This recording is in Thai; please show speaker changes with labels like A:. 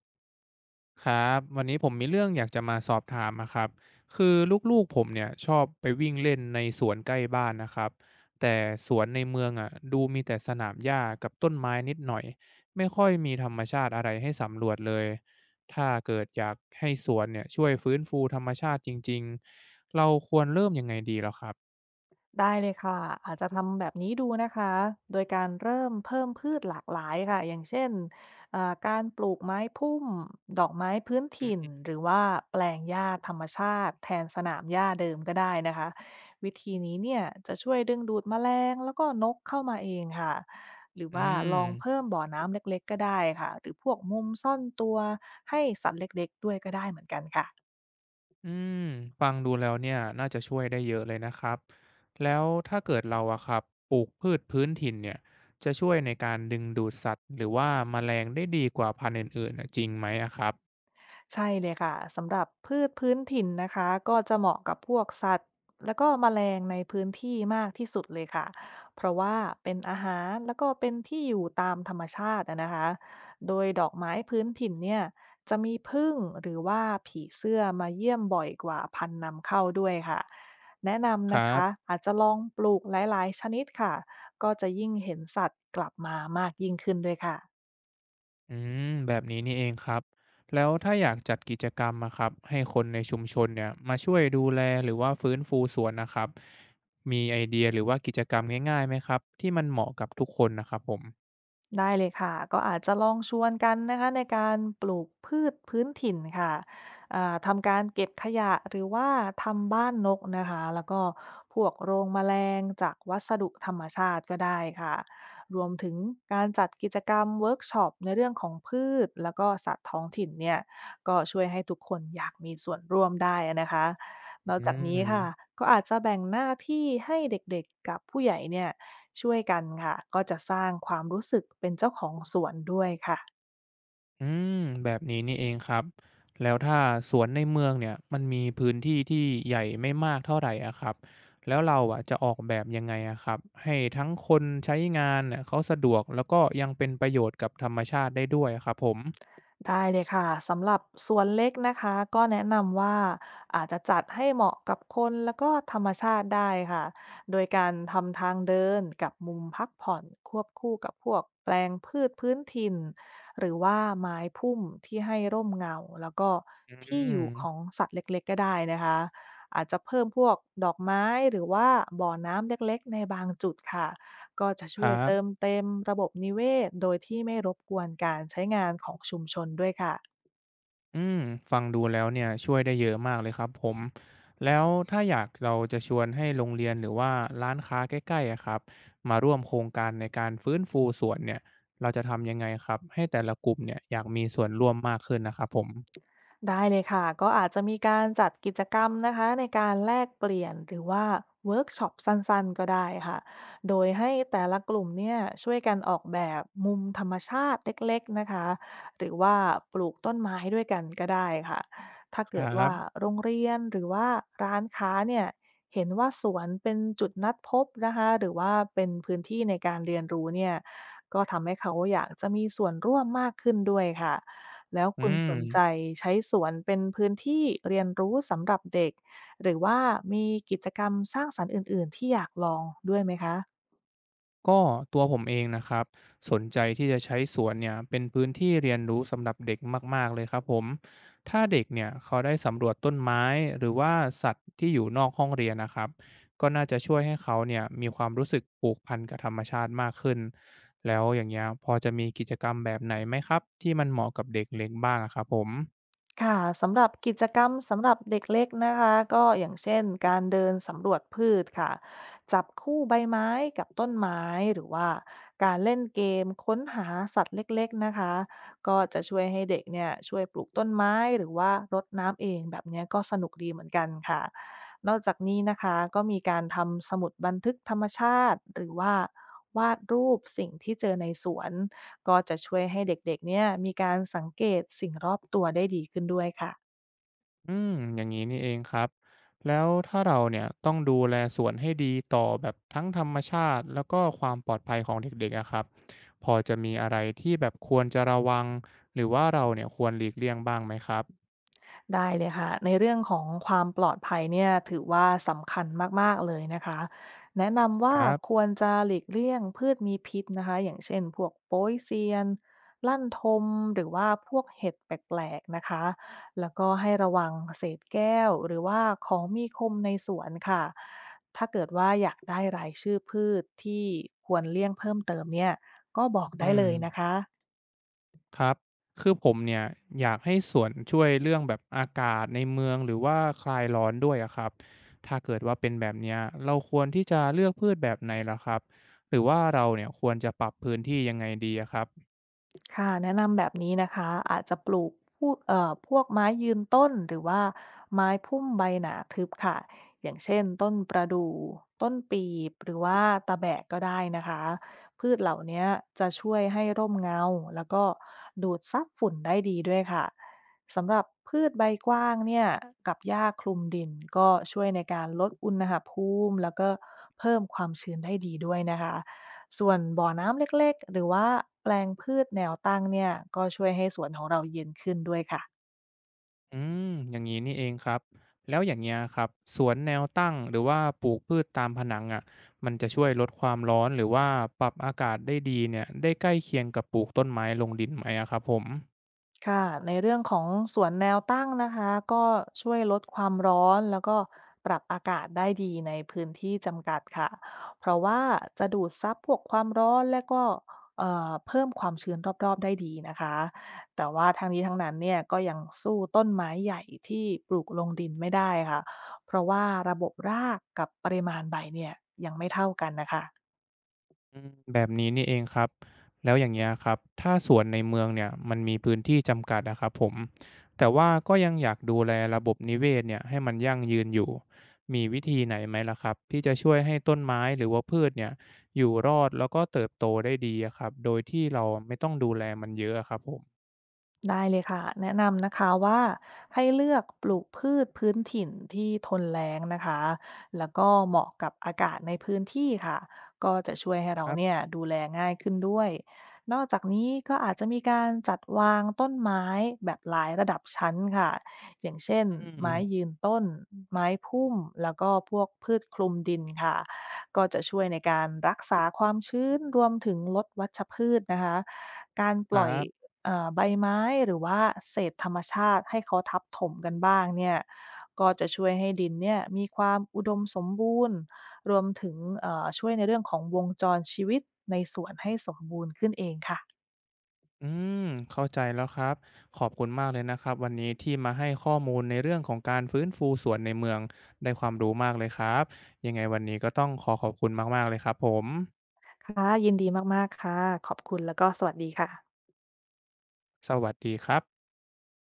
A: ครับวันนี้ผมมีเรื่องอยากจะมาสอบถามนะครับคือลูกๆผมเนี่ยชอบไปวิ่งเล่นในสวนใกล้บ้านนะครับแต่สวนในเมืองอะดูมีแต่สนามหญ้ากับต้นไม้นิดหน่อยไม่ค่อยมีธรรมชาติอะไรให้สำรวจเลยถ้าเกิดอยากให้สวนเนี่ยช่วยฟื้นฟูธรรมชาติจริงๆเราควรเริ่มยังไงดีแล้วครับ
B: ได้เลยค่ะอาจจะทำแบบนี้ดูนะคะโดยการเริ่มเพิ่มพืชหลากหลายค่ะอย่างเช่นการปลูกไม้พุ่มดอกไม้พื้นถิ่นหรือว่าแปลงหญ้าธรรมชาติแทนสนามหญ้าเดิมก็ได้นะคะวิธีนี้เนี่ยจะช่วยดึงดูดแมลงแล้วก็นกเข้ามาเองค่ะหรือ
A: อื
B: ว่าล
A: ม
B: องเพิ่มบ่อน้ำเล็กๆก็ได้ค่ะหรือพวกมุมซ่อนตัวให้สัตว์เล็กๆด้วยก็ได้เหมือนกันค่ะ
A: อืมฟังดูแล้วเนี่ยน่าจะช่วยได้เยอะเลยนะครับแล้วถ้าเกิดเราอะครับปลูกพืชพื้นถิ่นเนี่ยจะช่วยในการดึงดูดสัตว์หรือว่าแมลงได้ดีกว่าพันธุ์อื่นๆน่ะจริงไหมอะครับ
B: ใช่เลยค่ะสำหรับพืชพื้นถิ่นนะคะก็จะเหมาะกับพวกสัตว์แล้วก็แมลงในพื้นที่มากที่สุดเลยค่ะเพราะว่าเป็นอาหารแล้วก็เป็นที่อยู่ตามธรรมชาติอะนะคะโดยดอกไม้พื้นถิ่นเนี่ยจะมีผึ้งหรือว่าผีเสื้อมาเยี่ยมบ่อยกว่าพันธุ์นำเข้าด้วยค่ะแนะ
A: ค
B: นำนะ
A: รั
B: คะ
A: บ
B: อาจจะลองปลูกหลายๆชนิดค่ะก็จะยิ่งเห็นสัตว์กลับมามากยิ่งขึ้นด้วยค่ะ
A: อืมแบบนี้นี่เองครับแล้วถ้าอยากจัดกิจกรรมอะครับให้คนในชุมชนเนี่ยมาช่วยดูแลหรือว่าฟื้นฟูสวนนะครับมีไอเดียหรือว่ากิจกรรมง่ายๆไหมครับที่มันเหมาะกับทุกคนนะครับผม
B: ได้เลยค่ะก็อาจจะลองชวนกันนะคะในการปลูกพืชพื้นถิ่นค่ะทำการเก็บขยะหรือว่าทำบ้านนกนะคะแล้วก็พวกโรงแมลงจากวัสดุธรรมชาติก็ได้ค่ะรวมถึงการจัดกิจกรรมเวิร์กช็อปในเรื่องของพืชแล้วก็สัตว์ท้องถิ่นเนี่ยก็ช่วยให้ทุกคนอยากมีส่วนร่วมได้นะคะนอก
A: อื
B: จากนี้ค่ะ
A: ม
B: ก็อาจจะแบ่งหน้าที่ให้เด็กๆกับผู้ใหญ่เนี่ย ช่วยกันค่ะก็จะสร้างความรู้สึกเป็นเจ้าของสวนด้วยค่ะ
A: อืมแบบนี้นี่เองครับแล้วถ้าสวนในเมืองเนี่ยมันมีพื้นที่ที่ใหญ่ไม่มากเท่าไหร่อะครับแล้วเราอะจะออกแบบยังไงอะครับให้ทั้งคนใช้งานเนี่ยเขาสะดวกแล้วก็ยังเป็นประโยชน์กับธรรมชาติได้ด้วยอะครับผม
B: ได้เลยค่ะสำหรับสวนเล็กนะคะก็แนะนำว่าอาจจะจัดให้เหมาะกับคนแล้วก็ธรรมชาติได้ค่ะโดยการทำทางเดินกับมุมพักผ่อนควบคู่กับพวกแปลงพืชพื้นถิ่นหรือว่าไม้พุ่มที่ให้ร่มเงาแล้วก็
A: อื
B: ที่อ
A: ม
B: ยู่ของสัตว์เล็กๆก็ได้นะคะอาจจะเพิ่มพวกดอกไม้หรือว่าบ่อน้ำเล็กๆในบางจุดค่ะ ก็จะ
A: ค
B: ช่วย
A: รับ
B: เติมเต็มระบบนิเวศโดยที่ไม่รบกวนการใช้งานของชุมชนด้วยค่ะ
A: อืมฟังดูแล้วเนี่ยช่วยได้เยอะมากเลยครับผมแล้วถ้าอยากเราจะชวนให้โรงเรียนหรือว่าร้านค้าใกล้ๆอะครับมาร่วมโครงการในการฟื้นฟูสวนเนี่ยเราจะทำยังไงครับให้แต่ละกลุ่มเนี่ยอยากมีส่วนร่วมมากขึ้นนะครับผม
B: ได้เลยค่ะก็อาจจะมีการจัดกิจกรรมนะคะในการแลกเปลี่ยนหรือว่าเวิร์กช็อปสั้นๆก็ได้ค่ะโดยให้แต่ละกลุ่มเนี่ยช่วยกันออกแบบมุมธรรมชาติเล็กๆนะคะหรือว่าปลูกต้นไม้ด้วยกันก็ได้ค่ะถ้า
A: ค
B: เกิด
A: รั
B: ว่า
A: บ
B: โรงเรียนหรือว่าร้านค้าเนี่ยเห็นว่าสวนเป็นจุดนัดพบนะคะหรือว่าเป็นพื้นที่ในการเรียนรู้เนี่ยก็ทำให้เขาอยากจะมีส่วนร่วมมากขึ้นด้วยค่ะ แล้ว
A: อื
B: คุณส
A: ม
B: นใจใช้สวนเป็นพื้นที่เรียนรู้สำหรับเด็กหรือว่ามีกิจกรรมสร้างสรรค์อื่นๆที่อยากลองด้วยไหมคะ
A: ก็ตัวผมเองนะครับสนใจที่จะใช้สวนเนี่ยเป็นพื้นที่เรียนรู้สำหรับเด็กมากๆเลยครับผมถ้าเด็กเนี่ยเขาได้สำรวจต้นไม้หรือว่าสัตว์ที่อยู่นอกห้องเรียนนะครับก็น่าจะช่วยให้เขาเนี่ยมีความรู้สึกผูกพันกับธรรมชาติมากขึ้นแล้วอย่างเงี้ยพอจะมีกิจกรรมแบบไหนไหมครับที่มันเหมาะกับเด็กเล็กบ้างอะครับผม
B: ค่ะสำหรับกิจกรรมสำหรับเด็กเล็กนะคะก็อย่างเช่นการเดินสำรวจพืชค่ะจับคู่ใบไม้กับต้นไม้หรือว่าการเล่นเกมค้นหาสัตว์เล็กๆนะคะก็จะช่วยให้เด็กเนี่ยช่วยปลูกต้นไม้หรือว่ารดน้ำเองแบบเนี้ยก็สนุกดีเหมือนกันค่ะนอกจากนี้นะคะก็มีการทำสมุดบันทึกธรรมชาติหรือว่าวาดรูปสิ่งที่เจอในสวน ก็จะช่วยให้เด็กๆเนี่ยมีการสังเกตสิ่งรอบตัวได้ดีขึ้นด้วยค่ะ
A: อืมอย่างนี้นี่เองครับแล้วถ้าเราเนี่ยต้องดูแลสวนให้ดีต่อแบบทั้งธรรมชาติแล้วก็ความปลอดภัยของเด็กๆอะครับพอจะมีอะไรที่แบบควรจะระวังหรือว่าเราเนี่ยควรหลีกเลี่ยงบ้างไหมครับ
B: ได้เลยค่ะในเรื่องของความปลอดภัยเนี่ยถือว่าสำคัญมากๆเลยนะคะแนะนำ
A: ค
B: ว่า
A: รับ
B: ควรจะหลีกเลี่ยงพืชมีพิษนะคะอย่างเช่นพวกโป๊ยเซียนลั่นทมหรือว่าพวกเห็ดแปลกๆนะคะแล้วก็ให้ระวังเศษแก้วหรือว่าของมีคมในสวนค่ะถ้าเกิดว่าอยากได้รายชื่อพืชที่ควรเลี่ยงเพิ่มเติมเนี่ยก็บอก
A: อื
B: ได้
A: ม
B: เลยนะคะ
A: ครับคือผมเนี่ยอยากให้สวนช่วยเรื่องแบบอากาศในเมืองหรือว่าคลายร้อนด้วยอะครับถ้าเกิดว่าเป็นแบบเนี้ยเราควรที่จะเลือกพืชแบบไหนล่ะครับหรือว่าเราเนี่ยควรจะปรับพื้นที่ยังไงดีอะครับ
B: ค่ะแนะนำแบบนี้นะคะอาจจะปลูกพวกพวกไม้ยืนต้นหรือว่าไม้พุ่มใบหนาทึบค่ะอย่างเช่นต้นประดู่ต้นปีบหรือว่าตะแบกก็ได้นะคะพืชเหล่านี้จะช่วยให้ร่มเงาแล้วก็ดูดซับฝุ่นได้ดีด้วยค่ะสำหรับพืชใบกว้างเนี่ยกับหญ้าคลุมดินก็ช่วยในการลดอุณหภูมิแล้วก็เพิ่มความชื้นได้ดีด้วยนะคะ ส่วนบ่อน้ำเล็กๆ หรือว่าแปลงพืชแนวตั้งเนี่ยก็ช่วยให้สวนของเราเย็นขึ้นด้วยค่ะ
A: อืมอย่างนี้นี่เองครับแล้วอย่างเงี้ยครับสวนแนวตั้งหรือว่าปลูกพืชตามผนังอะมันจะช่วยลดความร้อนหรือว่าปรับอากาศได้ดีเนี่ยได้ใกล้เคียงกับปลูกต้นไม้ลงดินไหมอะครับผม
B: ค่ะในเรื่องของสวนแนวตั้งนะคะก็ช่วยลดความร้อนแล้วก็ปรับอากาศได้ดีในพื้นที่จำกัดค่ะเพราะว่าจะดูดซับพวกความร้อนและก็เพิ่มความชื้นรอบๆได้ดีนะคะแต่ว่าทางนี้ทั้งนั้นเนี่ยก็ยังสู้ต้นไม้ใหญ่ที่ปลูกลงดินไม่ได้ค่ะเพราะว่าระบบรากกับปริมาณใบเนี่ยยังไม่เท่ากันนะคะ
A: อืมแบบนี้นี่เองครับแล้วอย่างเงี้ยครับถ้าสวนในเมืองเนี่ยมันมีพื้นที่จำกัดนะครับผมแต่ว่าก็ยังอยากดูแลระบบนิเวศเนี่ยให้มันยั่งยืนอยู่มีวิธีไหนไหมล่ะครับที่จะช่วยให้ต้นไม้หรือว่าพืชเนี่ยอยู่รอดแล้วก็เติบโตได้ดีอะครับโดยที่เราไม่ต้องดูแลมันเยอะอะครับผม
B: ได้เลยค่ะแนะนำนะคะว่าให้เลือกปลูกพืชพื้นถิ่นที่ทนแล้งนะคะแล้วก็เหมาะกับอากาศในพื้นที่ค่ะก็จะช่วยให้
A: ค
B: เรา
A: รั
B: เนี่ย
A: บ
B: ดูแลง่ายขึ้นด้วยนอกจากนี้ก็อาจจะมีการจัดวางต้นไม้แบบหลายระดับชั้นค่ะอย่างเช่น
A: อื
B: ไม้
A: ม
B: ยืนต้นไม้พุ่มแล้วก็พวกพืชคลุมดินค่ะก็จะช่วยในการรักษาความชื้นรวมถึงลดวัชพืชนะคะการ
A: ค
B: ป
A: รั
B: ล่อย
A: บ
B: ใบไม้หรือว่าเศษธรรมชาติให้เขาทับถมกันบ้างเนี่ยก็จะช่วยให้ดินเนี่ยมีความอุดมสมบูรณ์รวมถึงช่วยในเรื่องของวงจรชีวิตในสวนให้สมบูรณ์ขึ้นเองค่ะ
A: อืมเข้าใจแล้วครับขอบคุณมากเลยนะครับวันนี้ที่มาให้ข้อมูลในเรื่องของการฟื้นฟูสวนในเมืองได้ความรู้มากเลยครับยังไงวันนี้ก็ต้องขอขอบคุณมากๆเลยครับผม
B: ค่ะยินดีมากๆค่ะขอบคุณแล้วก็สวัสดีค่ะ
A: สวัสดีครับ